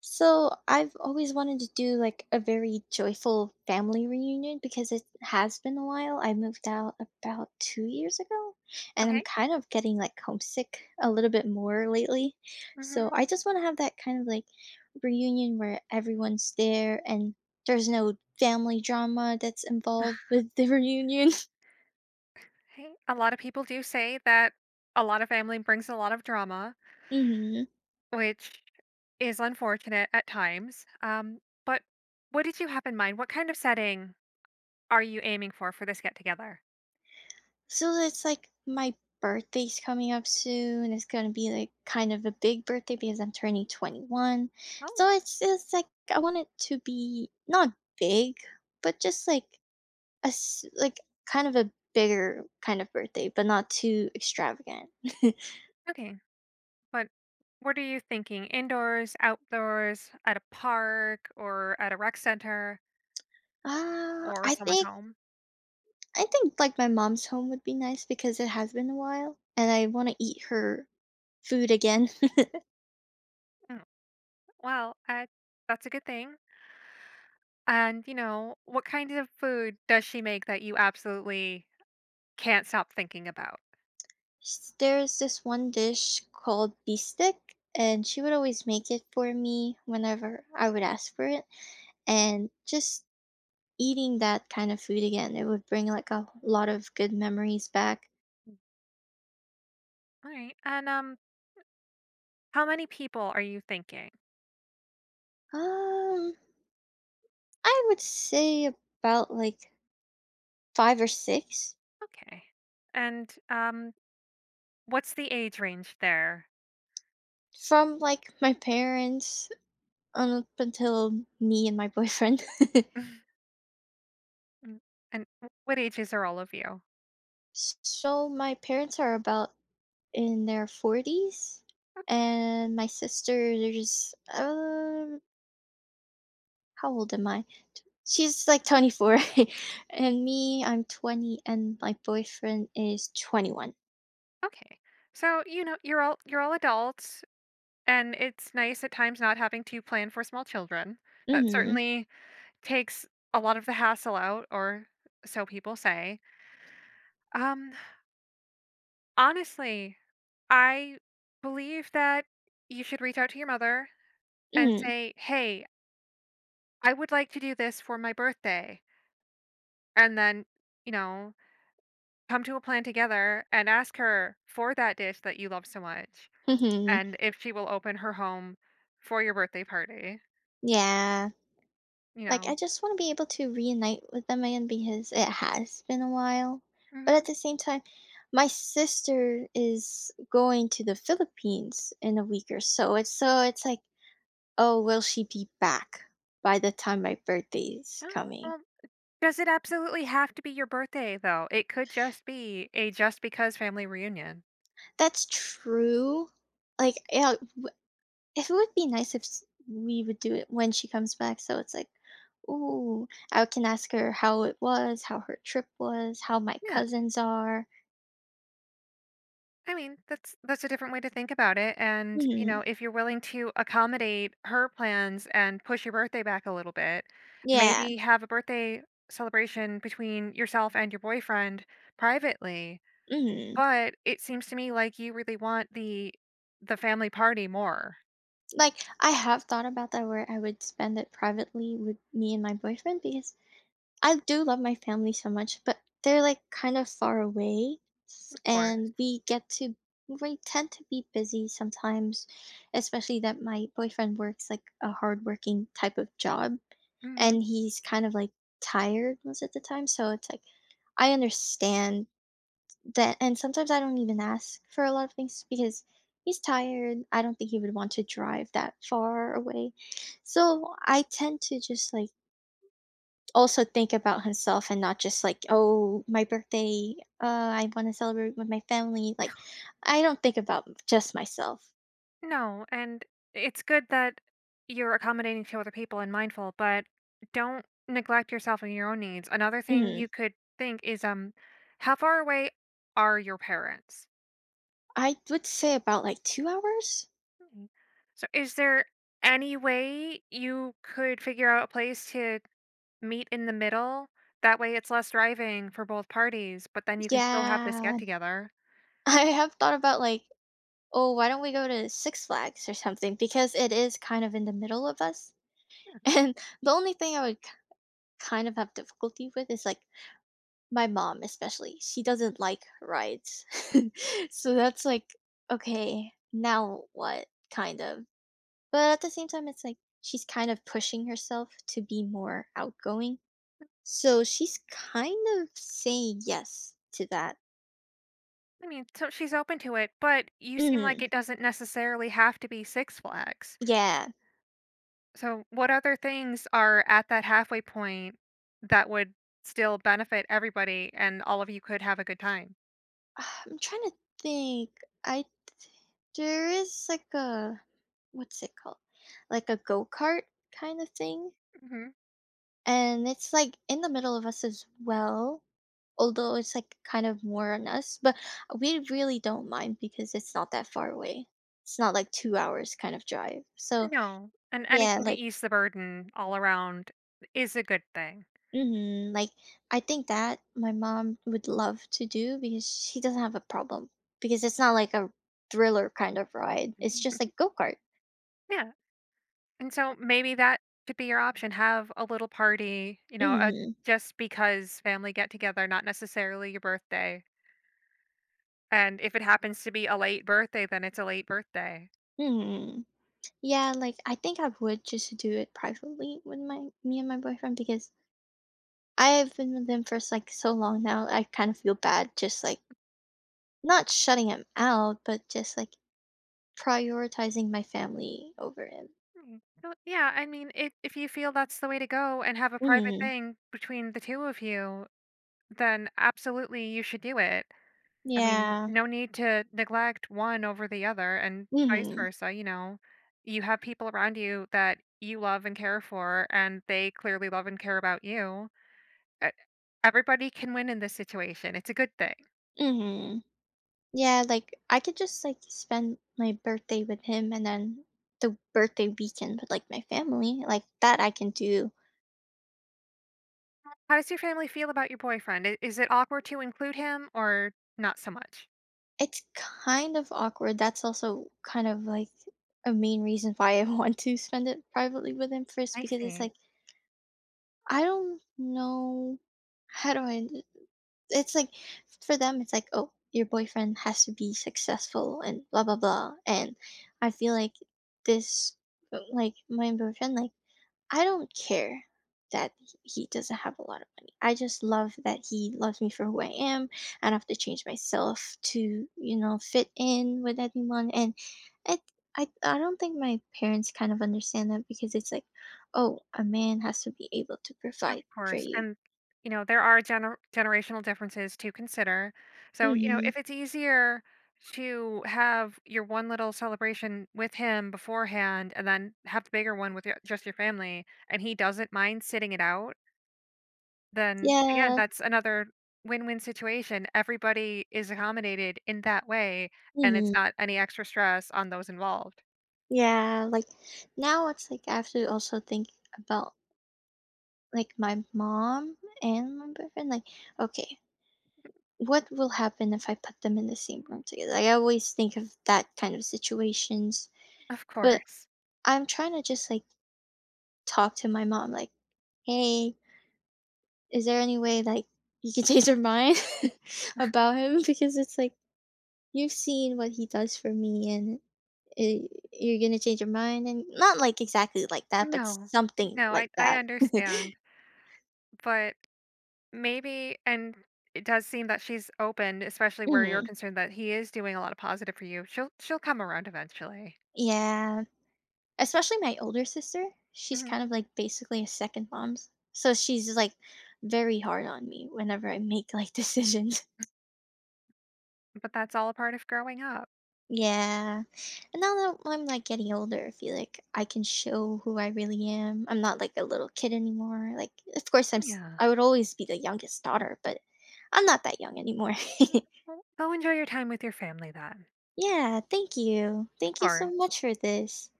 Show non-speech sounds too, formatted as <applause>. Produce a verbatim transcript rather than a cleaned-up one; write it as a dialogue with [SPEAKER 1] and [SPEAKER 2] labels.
[SPEAKER 1] So I've always wanted to do like a very joyful family reunion because it has been a while. I moved out about two years ago, and I'm
[SPEAKER 2] Okay.
[SPEAKER 1] kind of getting like homesick a little bit more lately. So
[SPEAKER 2] Mhm.
[SPEAKER 1] I just want to have that kind of like reunion where everyone's there and there's no family drama that's involved with the <laughs> reunion.
[SPEAKER 2] Hey, a lot of people do say that a lot of family brings a lot of drama,
[SPEAKER 1] Mhm.
[SPEAKER 2] which is unfortunate at times. Um, but what did you have in mind? What kind of setting are you aiming for for this get together?
[SPEAKER 1] So it's like my birthday's coming up soon. It's gonna be like kind of a big birthday because I'm turning twenty-one.
[SPEAKER 2] Oh,
[SPEAKER 1] So it's it's like I want it to be not big, but just like a s- like kind of a bigger kind of birthday, but not too extravagant.
[SPEAKER 2] okay. But what are you thinking? Indoors, outdoors, at a park, or at a rec center,
[SPEAKER 1] Uh,
[SPEAKER 2] or
[SPEAKER 1] I
[SPEAKER 2] someone's
[SPEAKER 1] think
[SPEAKER 2] home?
[SPEAKER 1] I think like my mom's home would be nice because it has been a while, and I want to eat her food again.
[SPEAKER 2] Mm, well, uh, that's a good thing. And you know, what kind of food does she make that you absolutely can't stop thinking about.
[SPEAKER 1] S- there's this one dish called bistek, and she would always make it for me whenever I would ask for it. And just eating that kind of food again, it would bring like a lot of good memories back.
[SPEAKER 2] All right. And um how many people are you thinking?
[SPEAKER 1] um I would say about like five or six.
[SPEAKER 2] Okay. And um what's the age range there?
[SPEAKER 1] From like my parents on up until me and my boyfriend. <laughs>
[SPEAKER 2] <laughs> Mm, and w- what ages are all of you?
[SPEAKER 1] So my parents are about in their forties,
[SPEAKER 2] Okay.
[SPEAKER 1] and my sister's um how old am I? She's like
[SPEAKER 2] <laughs>
[SPEAKER 1] twenty-four. <laughs> And me, I'm twenty, and my boyfriend is twenty-one.
[SPEAKER 2] Okay. So, you know, you're all you're all adults and it's nice at times not having to plan for small children. That
[SPEAKER 1] Mhm.
[SPEAKER 2] certainly takes a lot of the hassle out or so people say. Um Honestly, I believe that you should reach out to your mother and
[SPEAKER 1] Mhm.
[SPEAKER 2] say, "Hey, I would like to do this for my birthday." And then, you know, come to a plan together and ask her for that dish that you love so much
[SPEAKER 1] Mhm.
[SPEAKER 2] and if she will open her home for your birthday party,
[SPEAKER 1] Yeah.
[SPEAKER 2] you
[SPEAKER 1] Like
[SPEAKER 2] know.
[SPEAKER 1] I just want to be able to reunite with them again because it has been a while. But at
[SPEAKER 2] Mhm.
[SPEAKER 1] the same time, my sister is going to the Philippines in a week or so. It's so it's like, oh, will she be back by the time my birthday is
[SPEAKER 2] Oh,
[SPEAKER 1] coming?
[SPEAKER 2] well, does it absolutely have to be your birthday though? It could just be a just because family reunion.
[SPEAKER 1] That's true. Like, yeah, w it would be nice if s we would do it when she comes back, so it's like, "Ooh," I can ask her how it was, how her trip was, how my
[SPEAKER 2] Yeah.
[SPEAKER 1] cousins are.
[SPEAKER 2] I mean, that's that's a different way to think about it. And, you know,
[SPEAKER 1] Mhm.
[SPEAKER 2] if you're willing to accommodate her plans and push your birthday back a little bit,
[SPEAKER 1] Yeah.
[SPEAKER 2] maybe have a birthday celebration between yourself and your boyfriend privately.
[SPEAKER 1] Mhm.
[SPEAKER 2] But it seems to me like you really want the the family party more.
[SPEAKER 1] Like, I have thought about that where I would spend it privately with me and my boyfriend because I do love my family so much, but they're like kind of far away, s-
[SPEAKER 2] Of course.
[SPEAKER 1] and we get to we tend to be busy sometimes, especially that my boyfriend works like a hardworking type of job, and he's kind of like tired most of the time. So it's like I understand that, and sometimes I don't even ask for a lot of things because he's tired. I don't think he would want to drive that far away, so I tend to just like also think about himself and not just like, "Oh, my birthday, uh, I want to celebrate with my family." Like, I don't think about just myself.
[SPEAKER 2] No, and it's good that you're accommodating to other people and mindful, but don't neglect yourself and your own needs. Another thing
[SPEAKER 1] Mhm.
[SPEAKER 2] you could think is um how far away are your parents?
[SPEAKER 1] I would say about like two hours?
[SPEAKER 2] Mm. So is there any way you could figure out a place to meet in the middle? That way it's less driving for both parties, but then you can still have this get
[SPEAKER 1] Yeah.
[SPEAKER 2] together.
[SPEAKER 1] <laughs> I have thought about like, "Oh, why don't we go to Six Flags or something?" Because it is kind of in the middle of us. <laughs> And the only thing I would k kind of have difficulty with is like my mom especially. She doesn't like rides. <laughs> So that's like, "Okay, now what?" kind of. But at the same time, it's like she's kind of pushing herself to be more outgoing. So she's kind of saying yes to that.
[SPEAKER 2] I mean, so she's open to it, but you seem like
[SPEAKER 1] Mm,
[SPEAKER 2] it doesn't necessarily have to be Six Flags.
[SPEAKER 1] yeah.
[SPEAKER 2] So, what other things are at that halfway point that would still benefit everybody and all of you could have a good time?
[SPEAKER 1] <sighs> I'm trying to think. I There is like a what's it called? Like a go-kart kind of thing.
[SPEAKER 2] Hmm.
[SPEAKER 1] And it's like in the middle of us as well. Although it's like kind of more on us, but we really don't mind because it's not that far away. It's not like two hours kind of drive. So
[SPEAKER 2] No, and
[SPEAKER 1] yeah,
[SPEAKER 2] anything to
[SPEAKER 1] like
[SPEAKER 2] ease the burden all around is a good thing.
[SPEAKER 1] mhm, like, I think that my mom would love to do because she doesn't have a problem, because it's not like a thriller kind of ride, it's just
[SPEAKER 2] Mhm.
[SPEAKER 1] like go-kart.
[SPEAKER 2] Yeah. And so maybe that could be your option. Have a little party, you know, a
[SPEAKER 1] Mhm,
[SPEAKER 2] just because family get together, not necessarily your birthday. And if it happens to be a late birthday, then it's a late birthday.
[SPEAKER 1] mhm. Yeah, like, I think I would just do it privately with my me and my boyfriend because I have been with him for, like, so long now, I kind of feel bad just, like, not shutting him out, but just, like, prioritizing my family over him.
[SPEAKER 2] Mm. So, yeah, I mean, if if you feel that's the way to go and have a private
[SPEAKER 1] Mhm.
[SPEAKER 2] thing between the two of you, then absolutely you should do it. I mean,
[SPEAKER 1] Yeah.
[SPEAKER 2] no need to neglect one over the other and vice
[SPEAKER 1] Mhm.
[SPEAKER 2] versa, you know. You have people around you that you love and care for, and they clearly love and care about you. E- Everybody can win in this situation. It's a good thing.
[SPEAKER 1] Mhm. Yeah, like I could just like spend my birthday with him and then the birthday weekend with like my family. Like that I can do.
[SPEAKER 2] How does your family feel about your boyfriend? I- Is it awkward to include him or not so much?
[SPEAKER 1] It's kind of awkward. That's also kind of like a main reason why I <laughs> want to spend it privately with him first
[SPEAKER 2] I
[SPEAKER 1] because it's
[SPEAKER 2] see.
[SPEAKER 1] like I don't know, how do I, it's like for them it's like, oh, your boyfriend has to be successful and blah blah blah. And i feel like this like my boyfriend, like, I don't care that he doesn't have a lot of money. I just love that he loves me for who I am. I don't have to change myself to, you know, fit in with anyone. And I, I, I don't think my parents kind of understand that because it's like, oh, a man has to be able to
[SPEAKER 2] Of
[SPEAKER 1] provide for
[SPEAKER 2] course.
[SPEAKER 1] you.
[SPEAKER 2] And, you know, there are gener- generational differences to consider. So, you know,
[SPEAKER 1] Hmm.
[SPEAKER 2] if it's easier to have your one little celebration with him beforehand and then have the bigger one with your, just your family and he doesn't mind sitting it out, then again,
[SPEAKER 1] Yeah.
[SPEAKER 2] that's another win win situation. Everybody is accommodated in that way and it's
[SPEAKER 1] Hmm.
[SPEAKER 2] not any extra stress on those involved.
[SPEAKER 1] Yeah. Like now it's like I have to also think about like my mom and my boyfriend. Like, okay, what will happen if I put them in the same room together? Like, I always think of that kind of situations,
[SPEAKER 2] Of
[SPEAKER 1] but
[SPEAKER 2] course.
[SPEAKER 1] I'm trying to just, like, talk to my mom, like, "Hey, is there any way, like, you can <laughs> change your mind <laughs> about him?" Because it's like, you've seen what he does for me, and I you're gonna change your mind, and not, like, exactly like that, but
[SPEAKER 2] No,
[SPEAKER 1] something
[SPEAKER 2] no,
[SPEAKER 1] like
[SPEAKER 2] I, I
[SPEAKER 1] that. <laughs>
[SPEAKER 2] understand. But maybe, and it does seem that she's open, especially where you're
[SPEAKER 1] Mhm.
[SPEAKER 2] concerned that he is doing a lot of positive for you. She'll she'll come around eventually.
[SPEAKER 1] Yeah. Especially my older sister, she's
[SPEAKER 2] Mhm.
[SPEAKER 1] kind of, like, basically a second mom, so she's, like, very hard on me whenever I make, like, <laughs> decisions.
[SPEAKER 2] But that's all a part of growing up.
[SPEAKER 1] Yeah, and now that I'm, like, getting older, I feel like I can show who I really am. I'm not, like, a little kid anymore, like, of course, I'm s
[SPEAKER 2] Yeah.
[SPEAKER 1] I would always be the youngest daughter, but I'm not that young anymore. <laughs>
[SPEAKER 2] Mm, well, go enjoy your time with your family then.
[SPEAKER 1] Yeah, thank you.
[SPEAKER 2] Of
[SPEAKER 1] Thank you so
[SPEAKER 2] course.
[SPEAKER 1] much for this.